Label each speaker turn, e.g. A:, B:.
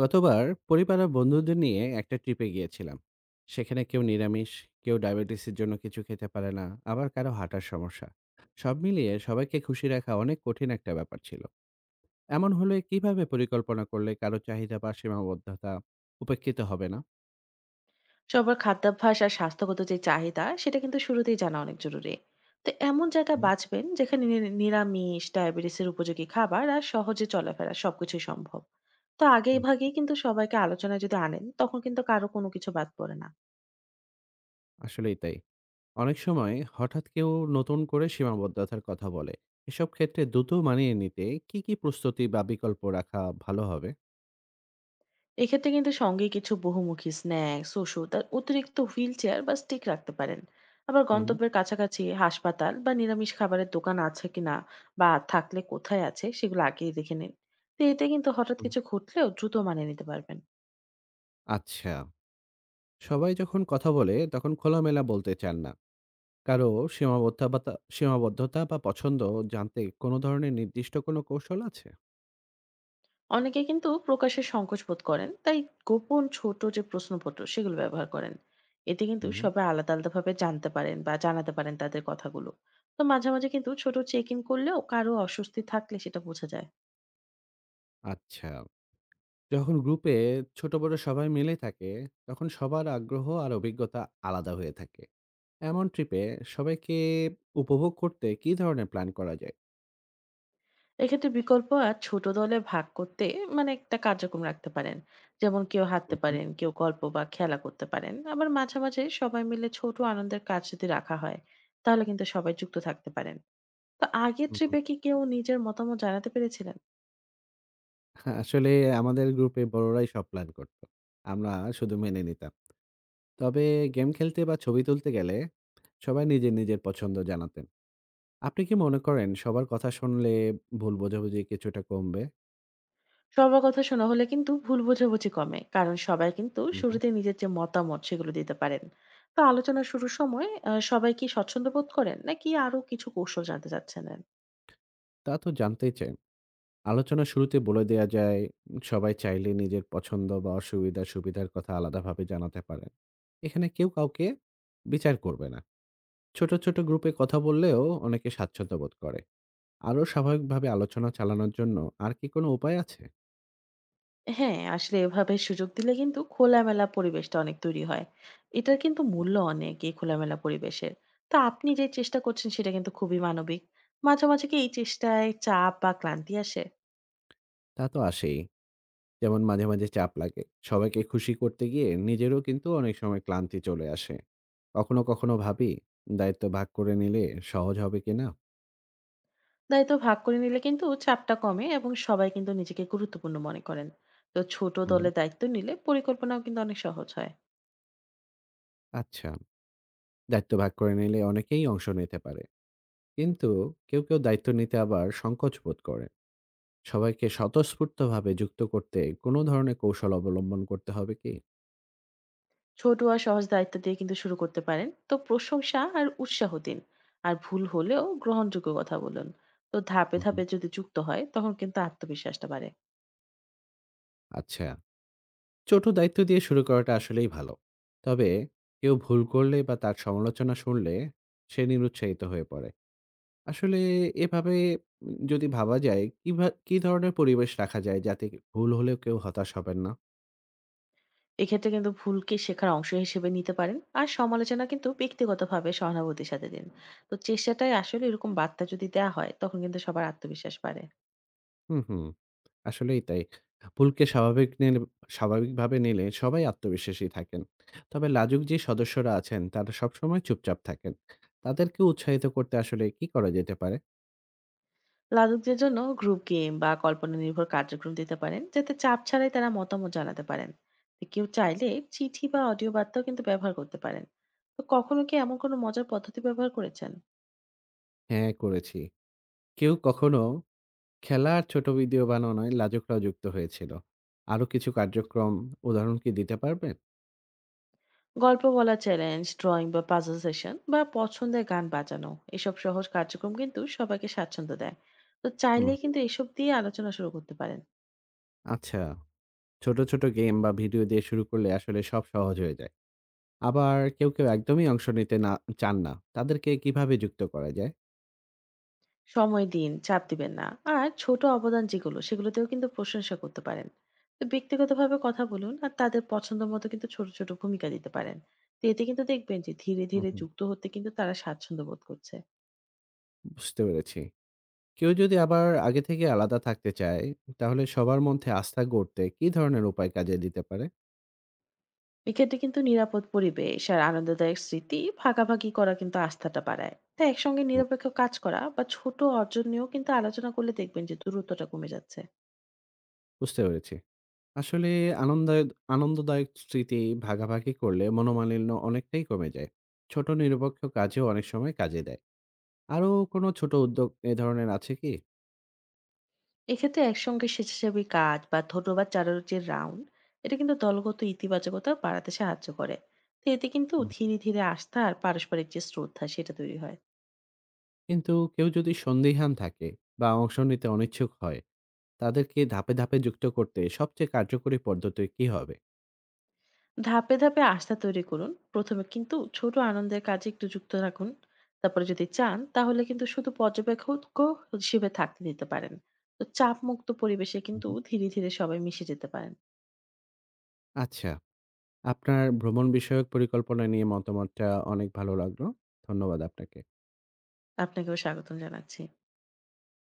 A: গতবার পরিবার আর বন্ধুদের নিয়ে একটা ট্রিপে গিয়েছিলাম। সেখানে কেউ নিরামিষ, কেউ ডায়াবেটিসের জন্য কিছু খেতে পারে না, আবার কারো হাঁটার সমস্যা। সব মিলিয়ে সবাইকে খুশি রাখা অনেক কঠিন একটা ব্যাপার ছিল। এমন হলে কিভাবে পরিকল্পনা করলে কারো চাহিদা বা সীমাবদ্ধতা উপেক্ষিত হবে না?
B: সবার খাদ্যাভ্যাস আর স্বাস্থ্যগত যে চাহিদা সেটা কিন্তু শুরুতেই জানা অনেক জরুরি। তো এমন জায়গা
A: হুম,
B: বাঁচবেন যেখানে নিরামিষ, ডায়াবেটিসের উপযোগী খাবার আর সহজে চলাফেরা সবকিছুই সম্ভব। তো আগে
A: হুম,
B: ভাগেই কিন্তু সবাইকে আলোচনায় যদি আনেন তখন কিন্তু কারো কোনো কিছু বাদ পড়ে না।
A: আসলেই তাই। অনেক সময় হঠাৎ কেউ নতুন করে সীমাবদ্ধতার কথা বলে। এসব ক্ষেত্রে দ্রুত মানিয়ে নিতে কি কি প্রস্তুতি বা বিকল্প রাখা ভালো হবে?
B: এক্ষেত্রে কিন্তু সঙ্গে কিছু বহুমুখী স্ন্যাক্স, ওষুধ আর অতিরিক্ত হুইল চেয়ার বা স্টিক রাখতে পারেন। আবার
A: হুম,
B: গন্তব্যের কাছাকাছি হাসপাতাল বা নিরামিষ খাবারের দোকান আছে কিনা বা থাকলে কোথায় আছে সেগুলো আগেই দেখে নিন। তো এতে কিন্তু হঠাৎ
A: হুম।
B: কিছু ঘটলেও দ্রুত মানিয়ে নিতে পারবেন।
A: আচ্ছা, সবাই যখন কথা বলে তখন খোলামেলা বলতে চান না। কারো সীমাবদ্ধতা সীমাবদ্ধতা বা পছন্দ জানতে কোনো ধরনের নির্দিষ্ট কোনো কৌশল আছে?
B: অনেকে কিন্তু প্রকাশে সংকোচ বোধ করেন, তাই গোপন ছোট যে প্রশ্নপত্র সেগুলো ব্যবহার করেন। এতে কিন্তু
A: হুম।
B: সবাই আলাদা আলাদাভাবে জানতে পারেন বা জানাতে পারেন তাদের কথাগুলো। তো মাঝে মাঝে কিন্তু ছোট চেক ইন করলেও কারো অস্বস্তি থাকলে সেটা বোঝা যায়।
A: আচ্ছা, যখন গ্রুপে ছোট বড় সবাই মিলে থাকে তখন সবার আগ্রহ আর অভিজ্ঞতা আলাদা হয়ে থাকে। এমন ট্রিপে সবাইকে উপভোগ করতে কি ধরনের প্ল্যান করা যায়?
B: এক্ষেত্রে বিকল্প আর ছোট দলে ভাগ করতে মানে একটা কার্যক্রম রাখতে পারেন। যেমন কেউ হাঁটতে
A: হুম,
B: পারেন, কেউ গল্প বা খেলা করতে পারেন, আবার মাঝে মাঝে সবাই মিলে ছোট আনন্দের কাজ যদি রাখা হয় তাহলে কিন্তু সবাই যুক্ত থাকতে পারেন। তো আগের
A: হুম, হুম।
B: ট্রিপে কি কেউ নিজের মতামত জানাতে পেরেছিলেন?
A: আসলে আমাদের গ্রুপে বড়রাই সব প্ল্যান করতো, আমরা শুধু মেনে নিতাম। তবে গেম খেলতে বা ছবি তুলতে গেলে সবাই নিজের নিজের পছন্দ জানাতেন। আপনি কি মনে করেন সবার কথা শুনলে ভুল বোঝাবুঝি কিছুটা কমবে?
B: সবার কথা শোনা হলে কিন্তু ভুল বোঝাবুঝি কমে, কারণ সবাই কিন্তু
A: হুম, হুম।
B: শুরুতে নিজের যে মতামত সেগুলো দিতে পারেন। তো আলোচনা শুরুর সময় সবাই কি স্বচ্ছন্দ বোধ করেন নাকি আরো কিছু কৌশল জানতে চাচ্ছিলেন?
A: তা তো জানতেই চাই। আলোচনার শুরুতে বলে দেয়া যায়, সবাই চাইলে নিজের পছন্দ বা অসুবিধা সুবিধার কথা আলাদাভাবে জানাতে পারেন। এখানে কেউ কাউকে বিচার করবে না। ছোট, ছোট গ্রুপে কথা বললেও অনেকে স্বাচ্ছন্দ্য বোধ করে। আরো স্বাভাবিকভাবে আলোচনা চালানোর জন্য আর কি কোনো উপায় আছে?
B: হ্যাঁ, আসলে এভাবে সুযোগ দিলে কিন্তু খোলামেলা পরিবেশটা অনেক তৈরি হয়। এটার কিন্তু মূল্য অনেক এই খোলামেলা পরিবেশের। তো আপনি যে চেষ্টা করছেন সেটা কিন্তু খুবই মানবিক। মাঝে, মাঝে কি এই চেষ্টায় চাপ বা ক্লান্তি আসে?
A: তা তো আসেই। যেমন মাঝে, মাঝে চাপ লাগে। সবাইকে খুশি করতে গিয়ে নিজেরও কিন্তু অনেক সময় ক্লান্তি চলে আসে। কখনো, কখনো ভাবি, দায়িত্ব ভাগ করে নিলে সহজ হবে কিনা?
B: দায়িত্ব ভাগ করে নিলে কিন্তু চাপটা কমে এবং সবাই কিন্তু নিজেকে গুরুত্বপূর্ণ মনে করেন। তো ছোট
A: হুম।
B: দলে দায়িত্ব নিলে পরিকল্পনাও কিন্তু অনেক সহজ হয়।
A: আচ্ছা, দায়িত্ব ভাগ করে নিলে অনেকেই অংশ নিতে পারে। কিন্তু কেউ, কেউ দায়িত্ব নিতে আবার সংকোচ বোধ করে। সবাইকে স্বতঃস্ফূর্তভাবে যুক্ত করতে কোনো ধরনের কৌশল অবলম্বন করতে হবে কি?
B: ছোট আর সহজ দায়িত্ব দিয়ে কিন্তু শুরু করতে পারেন। তো প্রশংসা আর উৎসাহ দিন, আর ভুল হলেও গ্রহণযোগ্য কথা বলুন। তো ধাপে
A: হুম, হুম।
B: ধাপে যদি যুক্ত হয় তখন কিন্তু আত্মবিশ্বাসটা বাড়ে।
A: আচ্ছা, ছোট দায়িত্ব দিয়ে শুরু করাটা আসলেই ভালো। তবে কেউ ভুল করলে বা তার সমালোচনা শুনলে সে নিরুৎসাহিত হয়ে পড়ে। আসলে এভাবে যদি ভাবা যায়, কি ধরনের পরিবেশ রাখা যায় যাতে ভুল হলেও কেউ হতাশ হবেন না?
B: এক্ষেত্রে কিন্তু ভুলকে শেখার অংশ হিসেবে নিতে পারেন, আর সমালোচনা কিন্তু ব্যক্তিগতভাবে সহানুভূতির সাথে দিন। তো চেষ্টাটাই আসলে, এরকম বার্তা যদি দেওয়া হয় তখন কিন্তু সবার আত্মবিশ্বাস বাড়ে।
A: হুম, হুম। আসলেই তাই। ভুলকে স্বাভাবিকভাবে নিলে সবাই আত্মবিশ্বাসী থাকেন। তবে লাজুক যে সদস্যরা আছেন তারা সবসময় চুপচাপ থাকেন। তাদেরকে উৎসাহিত করতে আসলে কি করা যেতে পারে?
B: লাজুকদের জন্য গ্রুপ গেম বা কল্পনা নির্ভর কার্যক্রম দিতে পারেন, যাতে চাপ ছাড়াই তারা মতামত জানাতে পারেন। তো কেউ চাইলে চিঠি বা অডিও বার্তাও কিন্তু ব্যবহার করতে পারেন। তো কখনো কি এমন কোনো মজার পদ্ধতি ব্যবহার করেছেন?
A: হ্যাঁ, করেছি। কেউ কখনো খেলা আর ছোট ভিডিও বানানোয় লাজুকরাও যুক্ত হয়েছিল। আরো কিছু কার্যক্রম উদাহরণ কি দিতে পারবেন?
B: গল্প বলা, চ্যালেঞ্জ, ড্রয়িং বা পাজল সেশন বা পছন্দের গান বাজানো, এসব সহজ কার্যক্রম কিন্তু সবাইকে স্বাচ্ছন্দ্য দেয়। তো
A: হুম,
B: চাইলে কিন্তু এসব দিয়ে আলোচনা শুরু করতে পারেন।
A: আচ্ছা। ছোট, ছোট গেম বা ভিডিও দিয়ে শুরু করলে আসলে সব সহজ হয়ে যায়। আবার কেউ, কেউ একদমই অংশ নিতে চান না। তাদেরকে কিভাবে যুক্ত করা যায়?
B: সময় দিন, চাপ দিবেন না। আর ছোট অবদান যেগুলো সেগুলোতেও কিন্তু প্রশংসা করতে পারেন। তো ব্যক্তিগতভাবে কথা বলুন আর তাদের পছন্দ মতো কিন্তু ছোট, ছোট ভূমিকা দিতে পারেন। তো এতে কিন্তু দেখবেন যে ধীরে,
A: হুম,
B: ধীরে
A: হুম।
B: যুক্ত হতে কিন্তু তারা স্বাচ্ছন্দ্য বোধ করছে।
A: বুঝতে পেরেছি। কেউ যদি আবার আগে থেকে আলাদা থাকতে চায়, তাহলে সবার মধ্যে আস্থা গড়তে কি ধরনের উপায় কাজে দিতে পারে?
B: এক্ষেত্রে কিন্তু নিরাপদ পরিবেশ আর আনন্দদায়ক স্মৃতি ভাগাভাগি করা কিন্তু আস্থাটা বাড়ায়। তাই একসঙ্গে
A: হুম।
B: নিরপেক্ষ কাজ করা বা ছোট অর্জন নিয়েও কিন্তু আলোচনা করলে দেখবেন যে দূরত্বটা কমে যাচ্ছে।
A: বুঝতে পেরেছি। আসলে আনন্দায়দ আনন্দদায়ক স্মৃতি ভাগাভাগি করলে মনোমালিন্য অনেকটাই কমে যায়। ছোট নিরপেক্ষ কাজেও অনেক সময় কাজে দেয়। আরো কোনো ছোট উদ্যোগ এ ধরনের আছে কি?
B: এক্ষেত্রে একসঙ্গে স্বেচ্ছাসেবী কাজ বা ধন্যবাদ জানানোর যে রাউন্ড, এটা কিন্তু দলগত ইতিবাচকতা বাড়াতে সাহায্য করে। তো এতে কিন্তু
A: হুম, হুম।
B: ধীরে ধীরে আস্থা আর পারস্পরিক যে শ্রদ্ধা সেটা তৈরি হয়।
A: কিন্তু কেউ যদি সন্দিহান থাকে বা অংশ নিতে অনিচ্ছুক হয়, তাদেরকে ধাপে, ধাপে যুক্ত করতে সবচেয়ে কার্যকরী পদ্ধতি কী হবে?
B: ধাপে ধাপে আস্থা তৈরি করুন। প্রথমে কিন্তু ছোট আনন্দের কাজে একটু যুক্ত রাখুন। তারপরে যদি চান তাহলে কিন্তু শুধু পর্যবেক্ষক হিসেবে থাকতে দিতে পারেন। তো চাপ মুক্ত পরিবেশে
A: হুম,
B: কিন্তু
A: হুম।
B: ধীরে ধীরে সবাই মিশে যেতে পারেন।
A: আচ্ছা, আপনার ভ্রমণ বিষয়ক পরিকল্পনা নিয়ে মতামতটা অনেক ভালো লাগলো। ধন্যবাদ আপনাকে।
B: আপনাকেও স্বাগতম জানাচ্ছি।